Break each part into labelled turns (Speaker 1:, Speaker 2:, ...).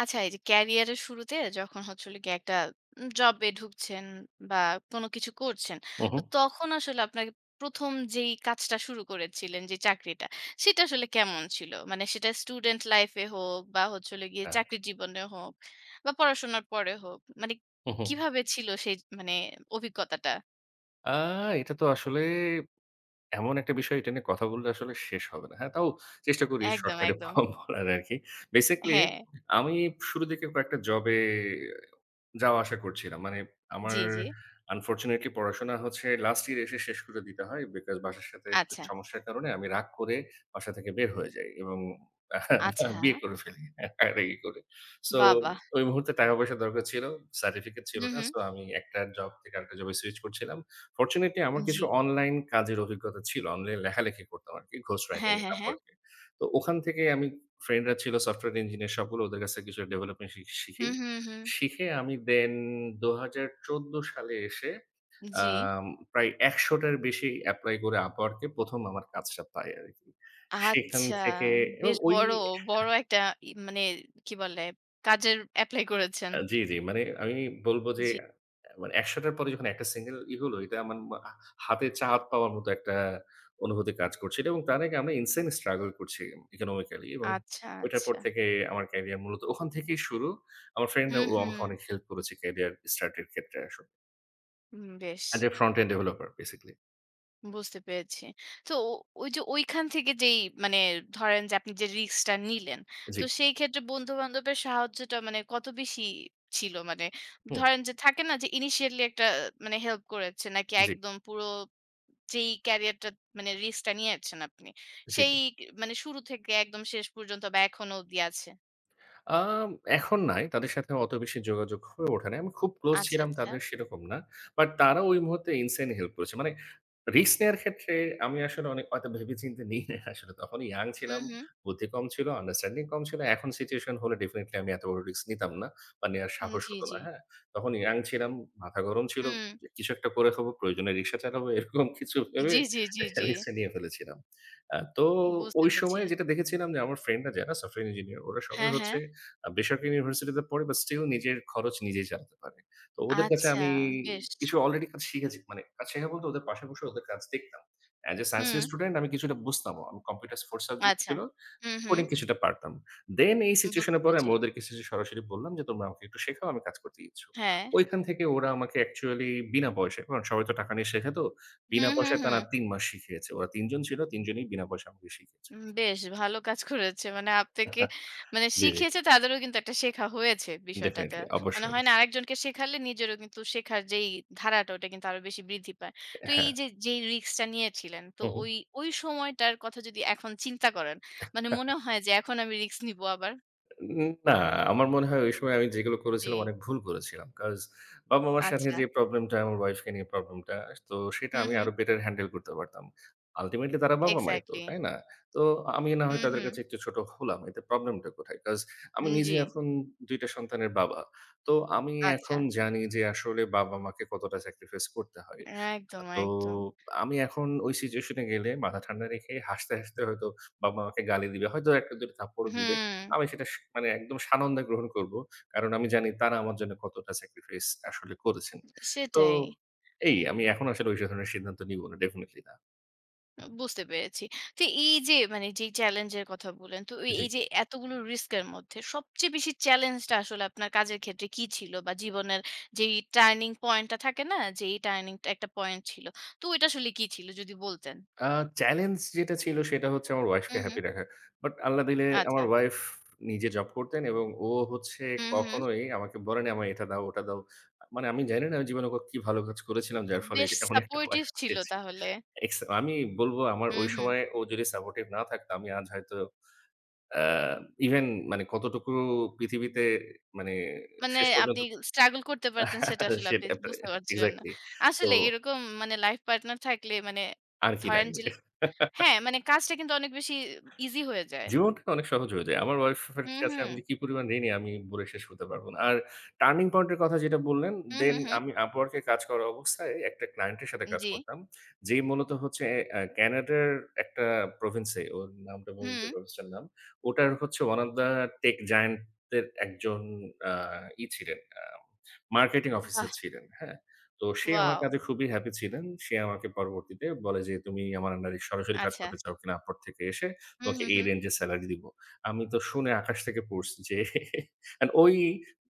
Speaker 1: আচ্ছা, এই যে ক্যারিয়ারের শুরুতে যখন হচ্ছে হলো গিয়ে একটা জবে ঢুকছেন বা কোনো কিছু করছেন,
Speaker 2: হুম,
Speaker 1: তো
Speaker 2: হুম।
Speaker 1: তখন আসলে আপনার ১ম যেই কাজটা শুরু করেছিলেন যে চাকরিটা, সেটা আসলে কেমন ছিল? মানে সেটা স্টুডেন্ট লাইফ এ হোক বা হচ্ছে হলো গিয়ে
Speaker 2: হ্যাঁ,
Speaker 1: চাকরির জীবনে হোক বা পড়াশোনার পরে হোক, মানে
Speaker 2: হুম, হুম।
Speaker 1: কিভাবে ছিল সেই মানে অভিজ্ঞতাটা?
Speaker 2: আ এটা তো আসলে এমন একটা বিষয়, এটা নিয়ে কথা বললে আসলে শেষ হবে না। হ্যাঁ, তাও চেষ্টা করি
Speaker 1: একদম,
Speaker 2: শর্টকাটে
Speaker 1: একদম।
Speaker 2: বলার আরকি। বেসিক্যালি
Speaker 1: হ্যাঁ,
Speaker 2: আমি শুরুর দিকে কয়েকটা জবে যাওয়া আসা করছিলাম। মানে আমার
Speaker 1: জি, জি।
Speaker 2: আনফরচুনেটলি পড়াশোনা হচ্ছে লাস্ট ইয়ার এসে শেষ করে দিতে হয়। বিকজ বাসার সাথে একটু
Speaker 1: আচ্ছা,
Speaker 2: সমস্যার কারণে আমি রাগ করে বাসা থেকে বের হয়ে যাই এবং
Speaker 1: আচ্ছা।
Speaker 2: বিয়ে করে ফেলি রাগারাগি করে। সো
Speaker 1: বাহ! বাহ!
Speaker 2: ওই মুহূর্তে টাকা-পয়সা দরকার ছিল। সার্টিফিকেট ছিল
Speaker 1: হু,
Speaker 2: না।
Speaker 1: হু।
Speaker 2: সো আমি একটা জব থেকে আরেকটা জবে সুইচ করছিলাম। ফরচুনেটলি আমার
Speaker 1: জি।
Speaker 2: কিছু অনলাইন কাজের অভিজ্ঞতা ছিল। অনলাইন লেখালেখি করতাম আরকি, ঘোস্ট রাইটিং
Speaker 1: হ্যাঁ, হ্যাঁ, হ্যাঁ।
Speaker 2: Upwork এ। তো ওখান থেকে আমি ফ্রেন্ডরা ছিল সফটওয়্যার ইঞ্জিনিয়ার সবগুলো, ওদের কাছ থেকে কিছু ডেভেলপমেন্ট শি
Speaker 1: হু,
Speaker 2: শিখি।
Speaker 1: হু, হু।
Speaker 2: শিখে আমি দেন ২০১৪ সালে এসে
Speaker 1: জি।
Speaker 2: আম প্রায় ১০০ টার বেশি এপ্লাই করে Upwork এ ১ম আমার কাজটা পাই আরকি। সেখান
Speaker 1: আচ্ছা,
Speaker 2: থেকে এবং
Speaker 1: বেশ
Speaker 2: ওই
Speaker 1: বড়, বড় একটা মানে কি বলে? কাজের এপ্লাই করেছেন।
Speaker 2: আ জি, জি। মানে আমি বলব যে
Speaker 1: জি।
Speaker 2: আ মানে ১০০ টার পরে যখন একটা সিঙ্গেল ই হলো, এটা আমার হাতে চাঁদ পাওয়ার মতো একটা অনুভূতি কাজ করছিল, এবং তার আগে আমরা ইনসেইন স্ট্রাগল করছি ইকোনমিক্যালি। এবং
Speaker 1: আচ্ছা,
Speaker 2: ওইটার পর
Speaker 1: আচ্ছা।
Speaker 2: থেকে আমার ক্যারিয়ার মূলত ওখান থেকেই শুরু। আমার ফ্রেন্ডরা
Speaker 1: হুম,
Speaker 2: ও
Speaker 1: হুম।
Speaker 2: আমাকে অনেক হেল্প করেছে ক্যারিয়ার স্টার্ট এর ক্ষেত্রে আসলে।
Speaker 1: হুম, বেশ
Speaker 2: আজ फ्रॉंटएंड डेवलपर बेसिकली
Speaker 1: বুঝতে পেরেছি। তো ও ওই যে ঐখান থেকে যেই মানে ধরেন যে আপনি যে রিস্কটা নিলেন, তো
Speaker 2: जी
Speaker 1: সেই ক্ষেত্রে বন্ধু-বান্ধবের সাহায্যটা মানে কত বেশি ছিল? মানে
Speaker 2: हम
Speaker 1: ধরেন যে থাকে না যে ইনিশিয়ালি একটা মানে হেল্প করেছে নাকি
Speaker 2: जी
Speaker 1: একদম পুরো যেই ক্যারিয়ারটা মানে রিস্কটা নিয়েছেন আপনি,
Speaker 2: अच्छी
Speaker 1: সেই মানে শুরু থেকে একদম শেষ পর্যন্ত বা এখনো অবধি আছে?
Speaker 2: আম এখন নাই। তাদের সাথে অত বেশি যোগাযোগ হয়ে ওঠে নাই। আমি খুব ক্লোজ
Speaker 1: আচ্ছা,
Speaker 2: ছিলাম
Speaker 1: আচ্ছা।
Speaker 2: তাদের, সেরকম না। বাট তারা ওই মুহূর্তে ইনসেইন হেল্প করেছে। মানে রিস্ক নেয়ার ক্ষেত্রে আমি আসলে অনেক অত ভেবে-চিন্তে নিই নাই আসলে। তখন ইয়াং
Speaker 1: হুম,
Speaker 2: ছিলাম,
Speaker 1: হুম।
Speaker 2: বুদ্ধি কম ছিল, আন্ডারস্ট্যান্ডিং কম ছিল। এখন সিচুয়েশন হলে ডেফিনিটলি আমি এত বড় রিস্ক নিতাম না বা নেয়ার
Speaker 1: হুম,
Speaker 2: সাহস
Speaker 1: জি,
Speaker 2: হতো না।
Speaker 1: জি।
Speaker 2: হ্যাঁ? তখন ইয়াং ছিলাম, মাথা গরম ছিল।
Speaker 1: হুম।
Speaker 2: যে কিছু একটা করে খাবো, প্রয়োজনে রিক্সা চালাবো, এরকম কিছু ভেবে
Speaker 1: জি, জি, জি, জি।
Speaker 2: রিস্কটা নিয়ে ফেলেছিলাম। আ তো
Speaker 1: বুঝতে
Speaker 2: ওই
Speaker 1: পেরেছি।
Speaker 2: সময়ে যেটা দেখেছিলাম, যে আমার ফ্রেন্ডরা যারা সফটওয়্যার ইঞ্জিনিয়ার, ওরা সবাই
Speaker 1: হ্যাঁ, হ্যাঁ।
Speaker 2: হচ্ছে বেসরকারি ইউনিভার্সিটিতে পড়ে, বাট স্টিল নিজের খরচ নিজেই চালাতে পারে। তো ওদের কাছে
Speaker 1: আচ্ছা,
Speaker 2: আমি
Speaker 1: বেশ।
Speaker 2: কিছু অলরেডি কাজ শিখেছি। মানে কাজ শেখা বলতে ওদের পাশে বসে ওদের কাজ দেখতাম। অ্যাজ এ সায়েন্স
Speaker 1: হুম,
Speaker 2: এর স্টুডেন্ট আমি কিছুটা বুঝতামও। আমি কম্পিউটার 4 সাবজেক্ট
Speaker 1: আচ্ছা।
Speaker 2: ছিল,
Speaker 1: হুম, হুম।
Speaker 2: কোডিং কিছুটা পারতাম। দেন এই সিচুয়েশন
Speaker 1: বুঝতে
Speaker 2: এর পরে
Speaker 1: পেরেছি।
Speaker 2: আমি ওদের কিছু সরাসরি বললাম যে, "তোমরা আমাকে একটু শেখাও, আমি কাজ করতে ইচ্ছুক।"
Speaker 1: হ্যাঁ।
Speaker 2: ওইখান থেকে ওরা আমাকে অ্যাকচুয়ালি বিনা পয়সায়, কারণ সবাই তো টাকা নিয়ে শেখে তো, বিনা
Speaker 1: হুম, হুম,
Speaker 2: পয়সায়
Speaker 1: হুম।
Speaker 2: টানা ৩ মাস শিখিয়েছে। ওরা ৩ জন ছিল, ৩ জনেই বিনা পয়সায় আমাকে শিখিয়েছে।
Speaker 1: বেশ ভালো কাজ করেছে। মানে আপনাকে মানে
Speaker 2: জি, জি।
Speaker 1: শিখিয়েছে, তাদেরও কিন্তু একটা শেখা হয়েছে বিষয়টাতে।
Speaker 2: ডেফিনিটলি।
Speaker 1: মানে
Speaker 2: অবশ্যই,
Speaker 1: হয়
Speaker 2: অবশ্যই।
Speaker 1: না আরেকজনকে শেখালে নিজেরও কিন্তু শেখার যেই ধারাটা ওটা কিন্তু আরো বেশি বৃদ্ধি পায়। তো এই
Speaker 2: হ্যাঁ।
Speaker 1: যে যেই রিস্কটা নিয়েছিলেন তো
Speaker 2: হু, হু।
Speaker 1: ওই, ওই সময়টার কথা যদি এখন চিন্তা করেন, মানে মনে হয় যে এখন আমি রিস্ক নিবো আবার?
Speaker 2: না, আমার মনে হয় ওই সময় আমি যেগুলো
Speaker 1: জি,
Speaker 2: করেছিলাম, অনেক ভুল করেছিলাম। কজ বাবা-মার সাথে
Speaker 1: আচ্ছা।
Speaker 2: যে প্রবলেমটা, আমার ওয়াইফকে নিয়ে প্রবলেমটা, তো সেটা
Speaker 1: হুম,
Speaker 2: আমি
Speaker 1: হুম।
Speaker 2: আরো বেটার হ্যান্ডেল করতে পারতাম। আল্টিমেটলি তারা বাবা-মাই তো,
Speaker 1: এক্সাক্টলি।
Speaker 2: তাই না? তো আমি না হয়
Speaker 1: হুম,
Speaker 2: তাদের
Speaker 1: হুম।
Speaker 2: কাছে একটু ছোট হলাম। এতে প্রবলেমটা কোথায়? কজ আমি নিজে
Speaker 1: জি,
Speaker 2: এখন ২ টা সন্তানের বাবা। তো আমি
Speaker 1: আচ্ছা।
Speaker 2: এখন জানি যে আসলে বাবা-মাকে কতটা স্যাক্রিফাইস করতে হয়। আ
Speaker 1: একদম,
Speaker 2: তো
Speaker 1: একদম।
Speaker 2: আমি এখন ওই সিচুয়েশন এ গেলে মাথা ঠান্ডা রেখে হাসতে হাসতে হয়তো বাবা-মাকে গালি দিবে। হয়তো ১ টা ২ টা থাপ্পড়ও দিবে।
Speaker 1: হুম,
Speaker 2: আমি সেটা মানে একদম সানন্দে গ্রহণ করব। কারণ আমি জানি তারা আমার জন্য কতটা স্যাক্রিফাইস আসলে করেছেন। তো
Speaker 1: সেটাই।
Speaker 2: এই, আমি এখন আসলে ওই ধরনের সিদ্ধান্ত নিব না। ডেফিনিটলি না।
Speaker 1: বুঝতে পেরেছি। তো এই যে মানে যেই চ্যালেঞ্জ এর কথা বললেন, তো এই
Speaker 2: জি।
Speaker 1: এই যে এতগুলো রিস্ক এর মধ্যে সবচেয়ে বেশি চ্যালেঞ্জটা আসলে আপনার কাজের ক্ষেত্রে কি ছিল? বা জীবনের যেই টার্নিং পয়েন্ট টা থাকে না? যে এই টার্নিং একটা পয়েন্ট ছিল। তো ওইটা আসলে কি ছিল যদি বলতেন?
Speaker 2: আ চ্যালেঞ্জ যেটা ছিল সেটা হচ্ছে আমার ওয়াইফকে
Speaker 1: হুম, হুম।
Speaker 2: হ্যাপি রাখা। বাট আল্লাহ দিলে
Speaker 1: আচ্ছা।
Speaker 2: আমার ওয়াইফ নিজে জব করতেন এবং ও হচ্ছে
Speaker 1: হুম, হুম।
Speaker 2: কখনোই আমাকে বলেনি আমায় এটা দাও, ওটা দাও। মানে আমি জানি না আমি জীবনে কি ভালো কাজ করেছিলাম যার ফলে
Speaker 1: বেশ
Speaker 2: এমন একটা
Speaker 1: সাপোর্টিভ
Speaker 2: ওয়াইফ
Speaker 1: ছিল
Speaker 2: পেয়েছি।
Speaker 1: তাহলে।
Speaker 2: আমি বলব আমার
Speaker 1: হুম,
Speaker 2: ওই
Speaker 1: হুম।
Speaker 2: সময় ও যদি সাপোর্টিভ না থাকতো, আমি আজ হয়তো আ ইভেন মানে কতটুকু পৃথিবীতে মানে
Speaker 1: মানে
Speaker 2: শেষ
Speaker 1: আপনি
Speaker 2: পর্যন্ত।
Speaker 1: স্ট্রাগল করতে পারতেন সেটা আসলে আপনি
Speaker 2: সেটা
Speaker 1: বুঝতে পারছিলেন না।
Speaker 2: এক্সাক্টলি। তো
Speaker 1: আসলে এরকম মানে লাইফ পার্টনার থাকলে মানে
Speaker 2: আর কি
Speaker 1: ধরেন যে
Speaker 2: লাগবে?
Speaker 1: হ্যাঁ, মানে কাজটা কিন্তু অনেক বেশি ইজি হয়ে যায়।
Speaker 2: জীবনটা অনেক সহজ হয়ে যায়। আমার ওয়াইফের
Speaker 1: হুম,
Speaker 2: কাছে
Speaker 1: হুম।
Speaker 2: আমি যে কি পরিমাণ ঋণী, আমি বলে শেষ করতে পারব না। আর টার্নিং পয়েন্ট এর কথা যেটা বললেন,
Speaker 1: হুম,
Speaker 2: দেন
Speaker 1: হুম, হুম।
Speaker 2: আমি Upwork এ কাজ করা অবস্থায় একটা ক্লায়েন্ট এর সাথে কাজ
Speaker 1: জি।
Speaker 2: করতাম। যেই মূলত হচ্ছে ক্যানাডার একটা প্রভিন্স এ, ওর নামটা ভুলে
Speaker 1: হুম।
Speaker 2: গেছি, প্রভিন্সটার নাম। ওটার হচ্ছে one of the tech giant দের একজন আ ই ছিলেন, মার্কেটিং
Speaker 1: বাহ!
Speaker 2: অফিসার ছিলেন, হ্যাঁ? তো সে আমার
Speaker 1: ওয়াও!
Speaker 2: কাজে খুবই হ্যাপি ছিলেন। সে আমাকে পরবর্তীতে বলে যে, "তুমি আমার আন্ডারে সরাসরি কাজ
Speaker 1: আচ্ছা।
Speaker 2: করতে চাও কিনা Upwork থেকে এসে?
Speaker 1: হুম,
Speaker 2: ওকে
Speaker 1: হুম,
Speaker 2: এই
Speaker 1: হুম।
Speaker 2: রেঞ্জে সেলারি দিব।" আমি তো শুনে আকাশ থেকে পড়ছি যে অ্যান্ড ওই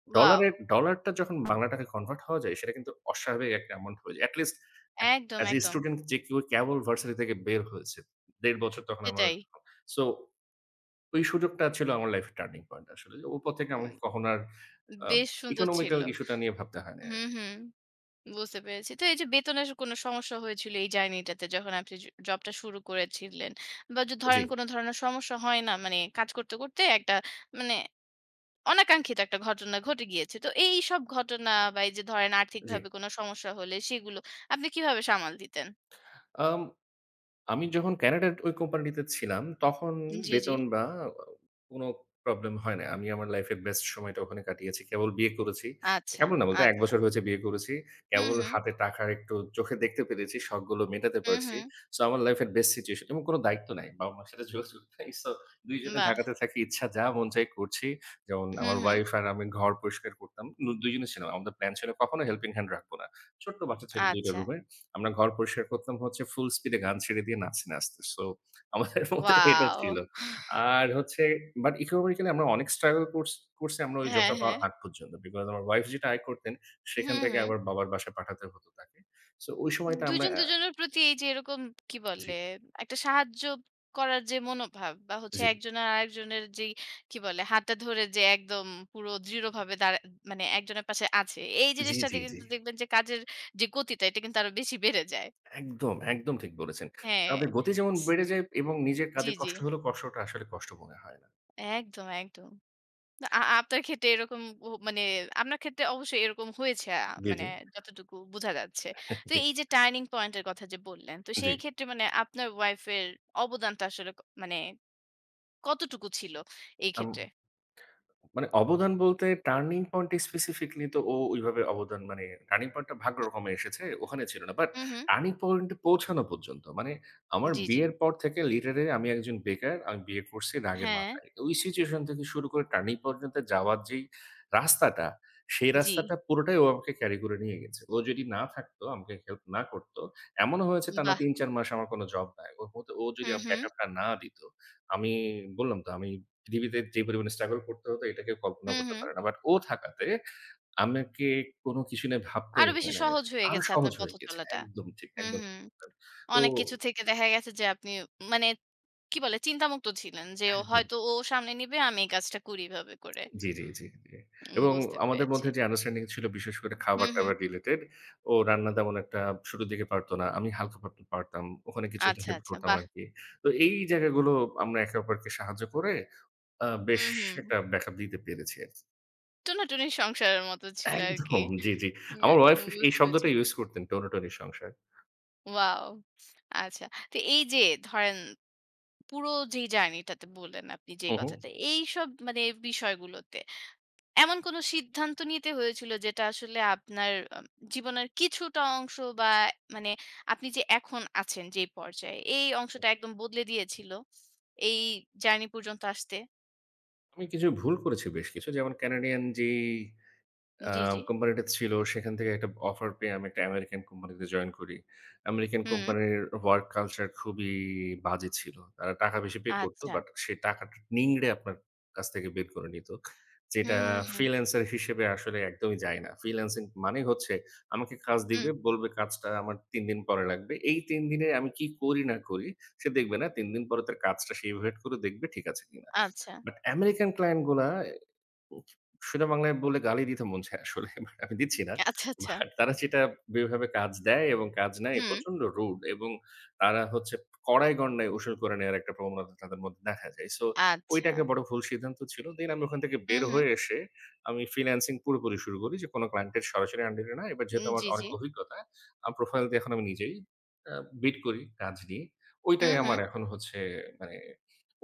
Speaker 1: ওয়াও!
Speaker 2: ডলারটা যখন বাংলা টাকায় কনভার্ট হওয়া যায়, সেটা কিন্তু অস্বাভাবিক একটা অ্যামাউন্ট হয়ে যায়। এটি লিস্ট অ্যা
Speaker 1: একদম,
Speaker 2: অ্যাজ এ
Speaker 1: একদম।
Speaker 2: স্টুডেন্ট যে কেউ কেবল ভার্সিটি থেকে বের হয়েছে। ১.৫ বছর তখন আমার।
Speaker 1: সেটাই।
Speaker 2: সো ওই সুযোগটা ছিল আমার লাইফের টার্নিং পয়েন্ট আসলে। যে ওপর থেকে আমাকে
Speaker 1: উম
Speaker 2: কখনো আর আ
Speaker 1: বেশ সুন্দর ছিল।
Speaker 2: ইকোনমিক্যাল ইস্যুটা নিয়ে ভাবতে হয় নাই।
Speaker 1: হুম, হুম। বুঝতে পেরেছি। তো এই যে বেতনের কোনো সমস্যা হয়েছিল এই জার্নিটাতে যখন আপনি জবটা শুরু করেছিলেন বা
Speaker 2: জি,
Speaker 1: ধরেন কোনো ধরনের সমস্যা হয় না? মানে কাজ করতে, করতে একটা মানে অনাকাঙ্ক্ষিত একটা ঘটনা ঘটে গিয়েছে। তো এইসব ঘটনা বা এই যে ধরেন
Speaker 2: জি।
Speaker 1: আর্থিকভাবে কোনো সমস্যা হলে সেগুলো আপনি কিভাবে সামাল দিতেন?
Speaker 2: আম আমি যখন ক্যানাডার ওই কোম্পানিটিতে ছিলাম, তখন
Speaker 1: জি, জি।
Speaker 2: বেতন বা কোনো প্রবলেম হয় নাই। আমি আমার লাইফের বেস্ট সময়টা ওখানে কাটিয়েছি। কেবল বিয়ে করেছি।
Speaker 1: আচ্ছা,
Speaker 2: কেবল না বলতে ১
Speaker 1: আচ্ছা।
Speaker 2: বছর হয়েছে বিয়ে করেছি।
Speaker 1: হুম,
Speaker 2: কেবল
Speaker 1: হুম।
Speaker 2: হাতে টাকার একটু চোখে দেখতে পেরেছি, শখগুলো মেটাতে
Speaker 1: হুম,
Speaker 2: পারছি।
Speaker 1: হুম।
Speaker 2: সো আমার লাইফের বেস্ট সিচুয়েশন, এবং কোনো দায়িত্ব নাই। বাবা-মার সাথে যোগাযোগ নাই। সো ২ জনে
Speaker 1: বাহ!
Speaker 2: ঢাকাতে থাকি। ইচ্ছা যা মন চাই করছি। যেমন
Speaker 1: হুম,
Speaker 2: আমার
Speaker 1: হুম।
Speaker 2: ওয়াইফ আর আমি ঘর পরিষ্কার করতাম। ২ জনে ছিলাম। আমাদের প্ল্যান ছিল কখনো হেল্পিং হ্যান্ড রাখবো না। ছোট্ট বাচ্চা ছিল ২ টা
Speaker 1: আচ্ছা।
Speaker 2: রুমের। আমরা ঘর পরিষ্কার করতাম হচ্ছে ফুল স্পিডে গান ছেড়ে দিয়ে নাচতে নাচতে। সো আমাদের মধ্যে এটা ছিল।
Speaker 1: ওয়াও!
Speaker 2: আর হচ্ছে বাট ইকোনমিক্যালি আমরা অনেক স্ট্রাগল করছি করছি আমরা ওই
Speaker 1: হ্যাঁ,
Speaker 2: জবটা পাওয়ার
Speaker 1: হ্যাঁ।
Speaker 2: আগ পর্যন্ত। বিকজ আমার ওয়াইফ যেটা আয় করতেন, সেখান
Speaker 1: হুম,
Speaker 2: থেকে
Speaker 1: হুম।
Speaker 2: আবার বাবার বাসায় পাঠাতে হতো তাকে। সো ওই সময়টা আমরা
Speaker 1: দুজন দুজনের প্রতি এই যে এরকম কি
Speaker 2: জি,
Speaker 1: বলে একটা সাহায্য করার যে মনোভাব, বা হচ্ছে
Speaker 2: জি,
Speaker 1: একজনের আরেকজনের যে কি বলে হাতটা ধরে যে একদম পুরো দৃঢ়ভাবে দাঁড়া মানে একজনের পাশে আছে, এই
Speaker 2: জি,
Speaker 1: জিনিসটাতে
Speaker 2: জি, জি।
Speaker 1: কিন্তু দেখবেন যে কাজের যে গতিটা এটা কিন্তু আরো বেশি বেড়ে যায়।
Speaker 2: একদম, একদম ঠিক বলেছেন।
Speaker 1: হ্যাঁ,
Speaker 2: আমাদের গতি যেমন বেড়ে যায়, এবং নিজের
Speaker 1: জি,
Speaker 2: কাজে
Speaker 1: জি।
Speaker 2: কষ্ট হলেও কষ্টটা আসলে কষ্ট মনে হয় না।
Speaker 1: একদম, একদম। আপনার ক্ষেত্রে এরকম মানে আপনার ক্ষেত্রে অবশ্যই এরকম হয়েছে,
Speaker 2: জি,
Speaker 1: মানে
Speaker 2: জি,
Speaker 1: যতটুকু বোঝা যাচ্ছে। তো
Speaker 2: জি,
Speaker 1: এই যে টার্নিং পয়েন্ট এর কথা যে বললেন, তো
Speaker 2: জি।
Speaker 1: সেই ক্ষেত্রে মানে আপনার ওয়াইফ এর অবদানটা আসলে মানে কতটুকু ছিল এই
Speaker 2: আম
Speaker 1: ক্ষেত্রে?
Speaker 2: মানে অবদান বলতে টার্নিং পয়েন্ট স্পেসিফিকলি তো ও ওইভাবে অবদান মানে টার্নিং পয়েন্টটা ভাগ্য
Speaker 1: হু,
Speaker 2: রকমে এসেছে, ওখানে ছিল না। But
Speaker 1: hmm, hmm.
Speaker 2: টার্নিং পয়েন্টে পৌঁছানো পর্যন্ত মানে আমার
Speaker 1: জি, জি।
Speaker 2: বিয়ের পর থেকে লিটারেলি আমি একজন বেকার। আমি বিয়ে করছি রাগের
Speaker 1: হ্যাঁ,
Speaker 2: মাথায়। ওই সিচুয়েশন থেকে শুরু করে টার্নিং পর্যন্ত যাওয়ার যেই রাস্তাটা, সেই
Speaker 1: জি।
Speaker 2: রাস্তাটা পুরোটাই ও আমাকে ক্যারি করে নিয়ে গেছে। ও যদি না থাকতো, আমাকে হেল্প না করত, এমনও হয়েছে টানা
Speaker 1: বাহ!
Speaker 2: ৩-৪ মাস আমার কোনো জব নাই। ওর মধ্যে ও যদি
Speaker 1: হুম, হুম।
Speaker 2: ব্যাকআপটা না দিত, আমি বললাম তো আমি টিভিতে যে পরিমাণে স্ট্রাগল করতে হতো, এটা কেউ কল্পনা
Speaker 1: হুম,
Speaker 2: করতে
Speaker 1: হুম।
Speaker 2: পারে না। বাট ও থাকাতে আমাকে কোনো কিছু নিয়ে ভাবতেই
Speaker 1: আরো বেশি
Speaker 2: হয় না।
Speaker 1: সহজ হয়ে
Speaker 2: আরো
Speaker 1: গেছে
Speaker 2: সহজ
Speaker 1: আপনার পথ
Speaker 2: হয়ে গেছে।
Speaker 1: চলাটা।
Speaker 2: একদম ঠিক,
Speaker 1: হুম,
Speaker 2: একদম ঠিক
Speaker 1: হুম।
Speaker 2: বললেন। তো
Speaker 1: অনেক কিছু থেকে দেখা গেছে যে আপনি মানে কি বলে চিন্তামুক্ত ছিলেন যে ও
Speaker 2: একদম।
Speaker 1: হয়তো, ও সামনে নিবে, আমি এই কাজটা করি এভাবে করে।
Speaker 2: জি, জি, জি, জি। এবং
Speaker 1: বুঝতে
Speaker 2: আমাদের
Speaker 1: পেরেছি।
Speaker 2: মধ্যে যে আন্ডারস্ট্যান্ডিং ছিল বিশেষ করে
Speaker 1: হুম, হুম।
Speaker 2: খাবার-টাবার রিলেটেড, ও রান্না তেমন একটা শুরুর দিকে পারত না। আমি হালকা পাত পারতাম। ওখানে কিছু একটা
Speaker 1: আচ্ছা,
Speaker 2: হেল্প
Speaker 1: আচ্ছা।
Speaker 2: করতাম
Speaker 1: বাহ!
Speaker 2: আরকি। তো এই জায়গাগুলো আমরা একে অপরকে সাহায্য করে বেশ
Speaker 1: হুম, হুম।
Speaker 2: একটা ব্যাকআপ দিতে পেরেছি আরকি।
Speaker 1: টুনাটুনির সংসারের মতো ছিল আরকি।
Speaker 2: একদম, জি, জি।
Speaker 1: ইয়া
Speaker 2: আমার ওয়াইফ এই
Speaker 1: বুঝতে পেরেছি।
Speaker 2: শব্দটা ইউজ করতেন, টোনাটুনির সংসার।
Speaker 1: ওয়াও! আচ্ছা। তো এই যে ধরেন পুরো যেই জার্নি টাতে বললেন আপনি যে
Speaker 2: হু, হু।
Speaker 1: কথাটা, এইসব মানে বিষয়গুলোতে এমন কোন সিদ্ধান্ত নিতে হয়েছিল যেটা আসলে আপনার জীবনের কিছুটা অংশ বা মানে আপনি যে এখন আছেন যেই পর্যায়ে, এই অংশটা একদম বদলে দিয়েছিল এই জার্নি পর্যন্ত আসতে?
Speaker 2: আমি কিছু ভুল করেছি বেশ কিছু। যেমন কানাডিয়ান যেই আ
Speaker 1: জি, জি।
Speaker 2: কোম্পানিটা ছিল, সেখান থেকে একটা অফার পেয়ে আমি একটা আমেরিকান কোম্পানিতে জয়েন করি। আমেরিকান
Speaker 1: হুম।
Speaker 2: কোম্পানির ওয়ার্ক কালচার খুবই বাজে ছিল। তারা টাকা বেশি পে করত,
Speaker 1: আচ্ছা।
Speaker 2: বাট সেই টাকাটা নিংড়ে আপনার কাছ থেকে বের করে নিত। যেটা
Speaker 1: হুম, হুম, হুম,
Speaker 2: ফ্রিল্যান্সার হিসেবে আসলে একদমই যায় না। ফ্রিল্যান্সিং মানে হচ্ছে আমাকে কাজ
Speaker 1: হুম।
Speaker 2: দিবে, বলবে কাজটা আমার ৩ দিন পরে লাগবে। এই ৩ দিনে আমি কি করি না করি সে দেখবে না। ৩ দিন পরে তার কাজটা সে ইভ্যালুয়েট করে দেখবে ঠিক আছে কিনা।
Speaker 1: আচ্ছা,
Speaker 2: বাট আমেরিকান ক্লায়েন্ট গুলা, উফ, সোজা বাংলায় বলে গালি দিতে মন চায় আসলে। বাট আমি দিচ্ছি না।
Speaker 1: আচ্ছা, আচ্ছা।
Speaker 2: বাট তারা যেটা, যেভাবে কাজ দেয় এবং কাজ নেয়
Speaker 1: হুম,
Speaker 2: প্রচন্ড রুড, এবং তারা হচ্ছে কড়ায় গণ্ডায় উসুল করে নেওয়ার একটা প্রবণতা তাদের মধ্যে দেখা যায়। সো
Speaker 1: আচ্ছা।
Speaker 2: ওইটাকে বড় ভুল সিদ্ধান্ত ছিল। দেন আমি ওখান থেকে
Speaker 1: হুম,
Speaker 2: বের
Speaker 1: হুম।
Speaker 2: হয়ে এসে আমি ফ্রিল্যান্সিং পুরোপুরি শুরু করি, যে কোনো ক্লায়েন্টের সরাসরি আন্ডারে না। এবার যেহেতু আমার
Speaker 1: জি,
Speaker 2: অনেক
Speaker 1: জি।
Speaker 2: অভিজ্ঞতা, আমার প্রোফাইল দিয়ে এখন আমি নিজেই আ বিড করি কাজ নিয়ে।
Speaker 1: হুম,
Speaker 2: ওইটাই
Speaker 1: হুম।
Speaker 2: আমার এখন হচ্ছে মানে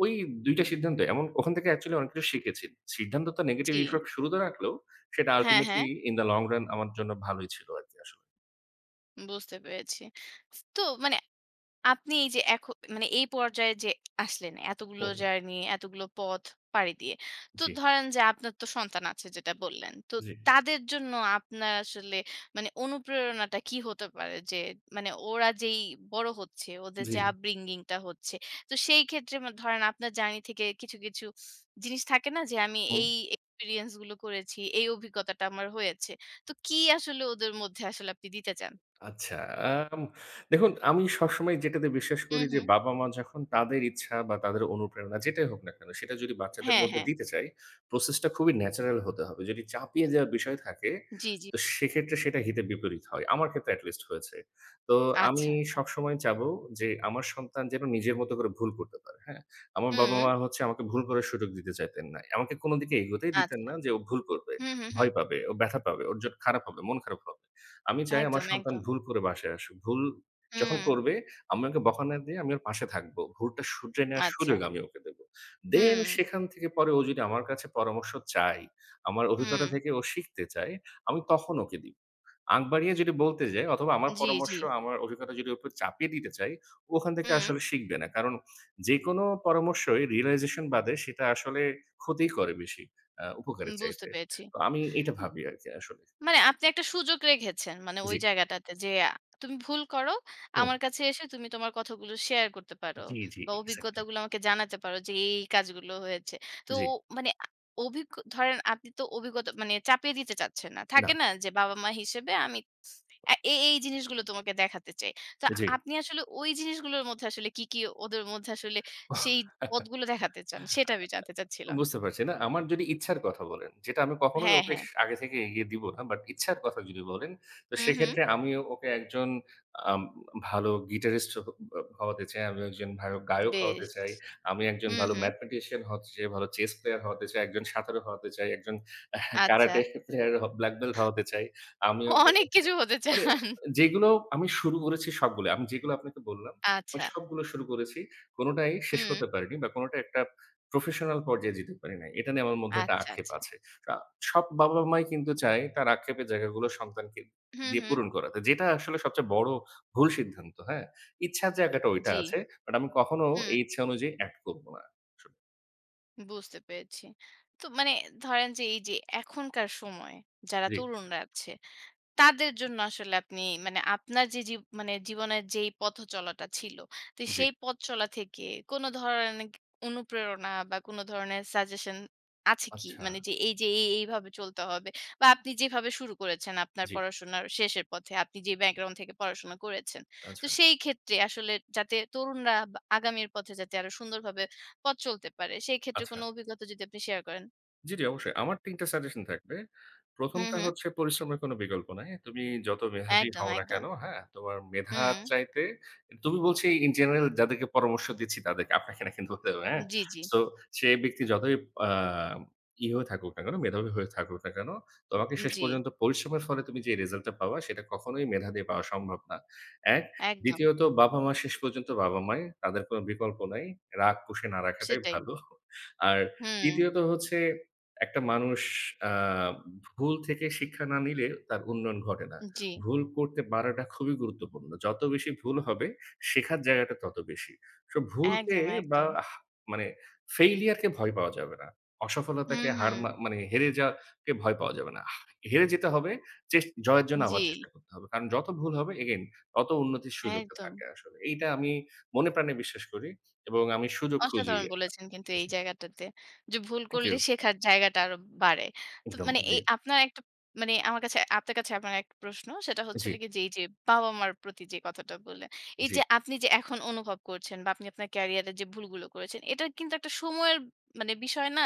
Speaker 2: ওই ২ টা সিদ্ধান্ত এমন, ওখান থেকে অ্যাকচুয়ালি অনেক কিছু শিখেছি। সিদ্ধান্ত তো নেগেটিভ
Speaker 1: জি।
Speaker 2: ইফেক্ট শুরুতে রাখলেও সেটা
Speaker 1: হ্যাঁ,
Speaker 2: আল্টিমেটলি
Speaker 1: হ্যাঁ।
Speaker 2: ইন দ্যা লং রান আমার জন্য ভালোই ছিল আরকি আসলে।
Speaker 1: বুঝতে পেরেছি। তো মানে আপনি এই যে মানে এই পর্যায়ে যে আসলেন, এতগুলো
Speaker 2: হুম, হুম।
Speaker 1: জার্নি, এতগুলো পথ পাড়ি দিয়ে। তো
Speaker 2: জি,
Speaker 1: ধরেন যে আপনার তো সন্তান আছে যেটা বললেন। তো
Speaker 2: জি,
Speaker 1: তাদের জন্য আপনার আসলে মানে অনুপ্রেরণাটা কি হতে পারে? যে মানে ওরা যেই বড় হচ্ছে, ওদের
Speaker 2: জি,
Speaker 1: যে
Speaker 2: জি।
Speaker 1: upbringing টা হচ্ছে। তো সেই ক্ষেত্রে ধরেন আপনার জার্নি থেকে কিছু, কিছু জিনিস থাকে না যে আমি
Speaker 2: হু।
Speaker 1: এই এক্সপেরিয়েন্স গুলো করেছি, এই অভিজ্ঞতাটা আমার হয়েছে। তো কি আসলে ওদের মধ্যে আসলে আপনি দিতে চান?
Speaker 2: আচ্ছা, আম দেখুন আমি সবসময় যেটাতে বিশ্বাস
Speaker 1: হু,
Speaker 2: করি,
Speaker 1: হু।
Speaker 2: যে বাবা-মা যখন তাদের ইচ্ছা বা তাদের অনুপ্রেরণা যেটাই হোক না কেন, সেটা যদি বাচ্চাদের
Speaker 1: হ্যাঁ,
Speaker 2: মধ্যে
Speaker 1: হ্যাঁ।
Speaker 2: দিতে চায়, প্রসেসটা খুবই ন্যাচারাল হতে হবে। যদি চাপিয়ে দেওয়ার বিষয় থাকে,
Speaker 1: জি, জি।
Speaker 2: তো সেক্ষেত্রে সেটা হিতে বিপরীত হয়। আমার ক্ষেত্রে এট লিস্ট হয়েছে। তো আমি
Speaker 1: আচ্ছা, আচ্ছা।
Speaker 2: সবসময় চাবো যে আমার সন্তান যেন নিজের মতো করে ভুল করতে পারে, হ্যাঁ? আমার
Speaker 1: হুম,
Speaker 2: বাবা-মা হচ্ছে আমাকে ভুল করার সুযোগ দিতে চাইতেন না। আমাকে কোনো দিকে এগোতেই দিতেন
Speaker 1: আচ্ছা।
Speaker 2: না, যে ও ভুল করবে,
Speaker 1: হুম, হুম, হুম।
Speaker 2: ভয় পাবে, ও ব্যথা পাবে, ওর জন্য খারাপ হবে, মন খারাপ হবে। আমি চাই আমার
Speaker 1: একদম,
Speaker 2: সন্তান
Speaker 1: একদম।
Speaker 2: ভুল করে বাসায় আসুক। ভুল যখন
Speaker 1: হুম,
Speaker 2: করবে, আমি ওকে বকা না দিয়ে আমি ওর পাশে থাকব। ভুলটা শুধরে নেওয়ার
Speaker 1: আচ্ছা।
Speaker 2: সুযোগ আমি ওকে দেব। দেন
Speaker 1: হুম,
Speaker 2: সেখান থেকে পরে ও যদি আমার কাছে পরামর্শ চায়, আমার
Speaker 1: হুম।
Speaker 2: অভিজ্ঞতা থেকে ও শিখতে চায়, আমি তখন ওকে দিই। আগ বাড়িয়ে যদি বলতে যাই অথবা আমার
Speaker 1: জি, জি।
Speaker 2: পরামর্শ, আমার অভিজ্ঞতা যদি ওর উপর চাপিয়ে দিতে চাই, ও ওখান থেকে
Speaker 1: হুম,
Speaker 2: আসলে শিখবে না। কারণ যেকোনো পরামর্শই realization বাদে সেটা আসলে ক্ষতিই করে বেশি, উপকারের
Speaker 1: বুঝতে
Speaker 2: চাইতে।
Speaker 1: পেরেছি।
Speaker 2: তো আমি এটা ভাবি আরকি আসলে।
Speaker 1: মানে আপনি একটা সুযোগ রেখেছেন মানে ওই
Speaker 2: জি,
Speaker 1: জায়গাটাতে যে তুমি ভুল করো,
Speaker 2: হুম।
Speaker 1: আমার কাছে এসে তুমি তোমার কথাগুলো শেয়ার করতে পারো
Speaker 2: জি, জি,
Speaker 1: বা
Speaker 2: এক্সাক্টলি।
Speaker 1: অভিজ্ঞতাগুলো আমাকে জানাতে পারো যে এই, এই কাজগুলো হয়েছে। তো
Speaker 2: জি,
Speaker 1: ও মানে অভিজ্ঞ ধরেন আপনি তো অভিজ্ঞতা মানে চাপিয়ে দিতে চাচ্ছেন না।
Speaker 2: না,
Speaker 1: থাকে না যে বাবা-মা হিসেবে আমি এই, এই জিনিসগুলো তোমাকে দেখাতে চাই। তো
Speaker 2: জি।
Speaker 1: আপনি আসলে ওই জিনিসগুলোর মধ্যে আসলে কি, কি ওদের মধ্যে আসলে সেই পথগুলো দেখাতে চান? সেটা আমি জানতে চাচ্ছিলাম।
Speaker 2: বুঝতে পারছি। না, আমার যদি ইচ্ছার কথা বলেন, যেটা আমি কখনোই
Speaker 1: হ্যাঁ,
Speaker 2: ওকে
Speaker 1: হ্যাঁ।
Speaker 2: আগে থেকে এগিয়ে দিব না। বাট ইচ্ছার কথা যদি বলেন, তো
Speaker 1: হুম, হুম।
Speaker 2: সেক্ষেত্রে আমি ওকে একজন আম ভালো গিটারিস্ট হওয়াতে চাই, আমি একজন ভালো গায়ক হওয়াতে
Speaker 1: বেশ।
Speaker 2: চাই, আমি একজন
Speaker 1: হুম,
Speaker 2: ভালো
Speaker 1: হুম।
Speaker 2: ম্যাথমেটিশিয়ান হতে চাই, ভালো চেস প্লেয়ার হতে চাই, একজন সাঁতারু হতে চাই, একজন
Speaker 1: আচ্ছা।
Speaker 2: কারাটে প্লেয়ার ব্ল্যাক বেল্ট হতে চাই। আমি ওকে
Speaker 1: অনেক
Speaker 2: হচ্ছে
Speaker 1: কিছু হতে
Speaker 2: মানে
Speaker 1: চান।
Speaker 2: যেগুলো আমি শুরু করেছি সবগুলো। আমি যেগুলো আপনাকে বললাম, আমি
Speaker 1: আচ্ছা।
Speaker 2: সবগুলো শুরু করেছি। কোনটাই শেষ
Speaker 1: হুম।
Speaker 2: করতে পারিনি বা কোনটা একটা প্রফেশনাল পর্যায়ে যেতে পারি নাই। এটা নিয়ে আমার মধ্যে একটা
Speaker 1: আচ্ছা,
Speaker 2: আক্ষেপ
Speaker 1: আচ্ছা।
Speaker 2: আছে। আ সব বাবা-মাই কিন্তু চায় তার আক্ষেপের জায়গাগুলো সন্তানকে
Speaker 1: হুম,
Speaker 2: দিয়ে
Speaker 1: হুম।
Speaker 2: পূরণ করাতে। যেটা আসলে সবচেয়ে বড় ভুল সিদ্ধান্ত, হ্যাঁ? ইচ্ছার জায়গাটা ওইটা
Speaker 1: জি।
Speaker 2: আছে। বাট আমি কখনো
Speaker 1: হুম।
Speaker 2: এই ইচ্ছা অনুযায়ী অ্যাক্ট করব না আসলে।
Speaker 1: বুঝতে পেরেছি। তো মানে ধরেন যে এই যে এখনকার সময়ে যারা
Speaker 2: জি,
Speaker 1: তরুণরা আছে তাদের জন্য আসলে আপনি মানে আপনার যে মানে জীবনের যেই পথ চলাটা ছিল, তো
Speaker 2: জি।
Speaker 1: সেই পথ চলা থেকে কোন ধরনের অনুপ্রেরণা বা কোন ধরনের সাজেশন আছে কি?
Speaker 2: আচ্ছা,
Speaker 1: মানে যে এই যে এই, এইভাবে চলতে হবে বা আপনি যেভাবে শুরু করেছেন আপনার
Speaker 2: জি,
Speaker 1: পড়াশোনার শেষের পথে, আপনি যে ব্যাকগ্রাউন্ড থেকে পড়াশোনা করেছেন। তো
Speaker 2: আচ্ছা,
Speaker 1: সেই ক্ষেত্রে আসলে যাতে তরুণরা বা আগামীর পথে যাতে আরো সুন্দরভাবে পথ চলতে পারে, সেই ক্ষেত্রে কোন
Speaker 2: আচ্ছা।
Speaker 1: অভিজ্ঞতা যদি আপনি শেয়ার করেন?
Speaker 2: জি, জি, অবশ্যই। আমার ৩ টা সাজেশন থাকবে। ১ম
Speaker 1: হুম,
Speaker 2: টা
Speaker 1: হুম।
Speaker 2: হচ্ছে পরিশ্রমের কোনো বিকল্প নাই। তুমি যত মেধাবী
Speaker 1: একদম,
Speaker 2: হও না
Speaker 1: একদম।
Speaker 2: কেন, হ্যাঁ? তোমার
Speaker 1: হুম।
Speaker 2: মেধার চাইতে, তুমি বলছি ইন জেনারেল, যাদেরকে পরামর্শ দিচ্ছি তাদেরকে, আপনাকে না কিন্তু বলতে হবে, হ্যাঁ?
Speaker 1: জি, জি।
Speaker 2: সো সে ব্যক্তি যতই আ ই হয়ে থাকুক না কেন, মেধাবী হয়ে থাকুক না কেন, তোমাকে শেষ
Speaker 1: জি,
Speaker 2: পর্যন্ত পরিশ্রমের ফলে তুমি যে রেজাল্টটা পাবা, সেটা কখনোই মেধা দিয়ে পাওয়া সম্ভব না। ১
Speaker 1: একদম।
Speaker 2: দ্বিতীয়ত বাবা-মা শেষ পর্যন্ত বাবা-মাই। তাদের কোনো বিকল্প নাই। রাগ পুষে না রাখাটাই
Speaker 1: সেটাই।
Speaker 2: ভালো। আর
Speaker 1: হুম,
Speaker 2: তৃতীয়ত হচ্ছে একটা মানুষ আ ভুল থেকে শিক্ষা না নিলে তার উন্নয়ন ঘটে না।
Speaker 1: জি।
Speaker 2: ভুল করতে পারাটা খুবই গুরুত্বপূর্ণ। যত বেশি ভুল হবে, শেখার জায়গাটা তত বেশি। সো ভুলকে
Speaker 1: একদম,
Speaker 2: বা
Speaker 1: একদম।
Speaker 2: হা মানে failure কে ভয় পাওয়া যাবে না।
Speaker 1: হুম,
Speaker 2: অসফলতাকে হার
Speaker 1: হুম।
Speaker 2: মা মানে হেরে যাওয়াকে ভয় পাওয়া যাবে না। হেরে যেতে হবে, চেস জয়ের জন্য
Speaker 1: জি,
Speaker 2: আবার চেষ্টা করতে হবে। কারণ যত ভুল হবে again তত উন্নতির সুযোগটা
Speaker 1: একদম।
Speaker 2: থাকে আসলে। এইটা আমি মনে প্রাণে বিশ্বাস করি এবং আমি সুযোগ খুঁজি।
Speaker 1: অসাধারণ বলেছেন কিন্তু এই
Speaker 2: জি,
Speaker 1: জায়গাটাতে। যে ভুল
Speaker 2: থ্যাংক
Speaker 1: করলে
Speaker 2: ইউ।
Speaker 1: শেখার জায়গাটা আরো বাড়ে। তো
Speaker 2: একদম,
Speaker 1: মানে
Speaker 2: জি,
Speaker 1: এই আপনার একটা মানে আমার কাছে আপনার কাছে আমার একটা প্রশ্ন। সেটা হচ্ছে
Speaker 2: জি,
Speaker 1: হলো গিয়ে যে এই যে বাবা-মার প্রতি যে কথাটা বললেন। এই
Speaker 2: জি।
Speaker 1: যে আপনি যে এখন অনুভব করছেন বা আপনি আপনার ক্যারিয়ারে যে ভুলগুলো করেছেন, এটা কিন্তু একটা সময়ের মানে বিষয় না?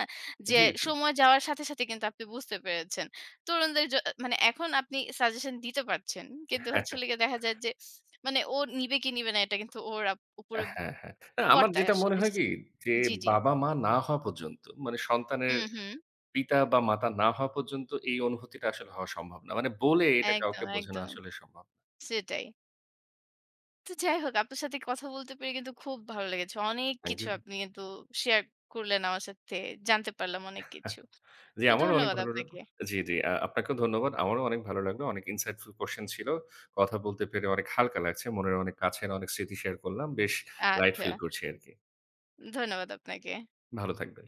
Speaker 1: যে
Speaker 2: জি, জি।
Speaker 1: সময় যাওয়ার সাথে, সাথে কিন্তু আপনি বুঝতে পেরেছেন। তরুণদের মানে এখন আপনি সাজেশন দিতে পারছেন। কিন্তু
Speaker 2: হ্যাঁ,
Speaker 1: হচ্ছে হলো গিয়ে দেখা যায় যে মানে ও নিবে কি নিবে না এটা কিন্তু ওর উপরে
Speaker 2: হ্যাঁ, হ্যাঁ, হ্যাঁ। না আমার
Speaker 1: বর্তায়
Speaker 2: যেটা মনে
Speaker 1: আসলে।
Speaker 2: হয় কি, যে
Speaker 1: জি, জি।
Speaker 2: বাবা-মা না হওয়া পর্যন্ত মানে সন্তানের
Speaker 1: হুম, হুম।
Speaker 2: পিতা বা মাতা না হওয়া পর্যন্ত এই অনুভূতিটা আসলে হওয়া সম্ভব না। মানে বলে এটা কাউকে
Speaker 1: একদম,
Speaker 2: বোঝানো
Speaker 1: একদম।
Speaker 2: আসলে সম্ভব না।
Speaker 1: সেটাই। তো যাই হোক আপনার সাথে কথা বলতে পেরে কিন্তু খুব ভালো লেগেছে। অনেক
Speaker 2: থ্যাংক
Speaker 1: কিছু
Speaker 2: ইউ।
Speaker 1: আপনি কিন্তু শেয়ার করলেন আমার সাথে। জানতে পারলাম অনেক কিছু।
Speaker 2: জি,
Speaker 1: তো
Speaker 2: আমারও অনেক
Speaker 1: ধন্যবাদ
Speaker 2: ভালো
Speaker 1: আপনাকে।
Speaker 2: লাগলো। জি, জি। আ আপনাকেও ধন্যবাদ। আমারও অনেক ভালো লাগলো। অনেক insightful কোয়েশ্চেন ছিল। কথা বলতে পেরে অনেক হালকা লাগছে। মনের অনেক কাছের অনেক স্মৃতি শেয়ার করলাম। বেশ লাইট
Speaker 1: আচ্ছা।
Speaker 2: ফিল করছি আরকি।
Speaker 1: ধন্যবাদ আপনাকে।
Speaker 2: ভালো থাকবেন।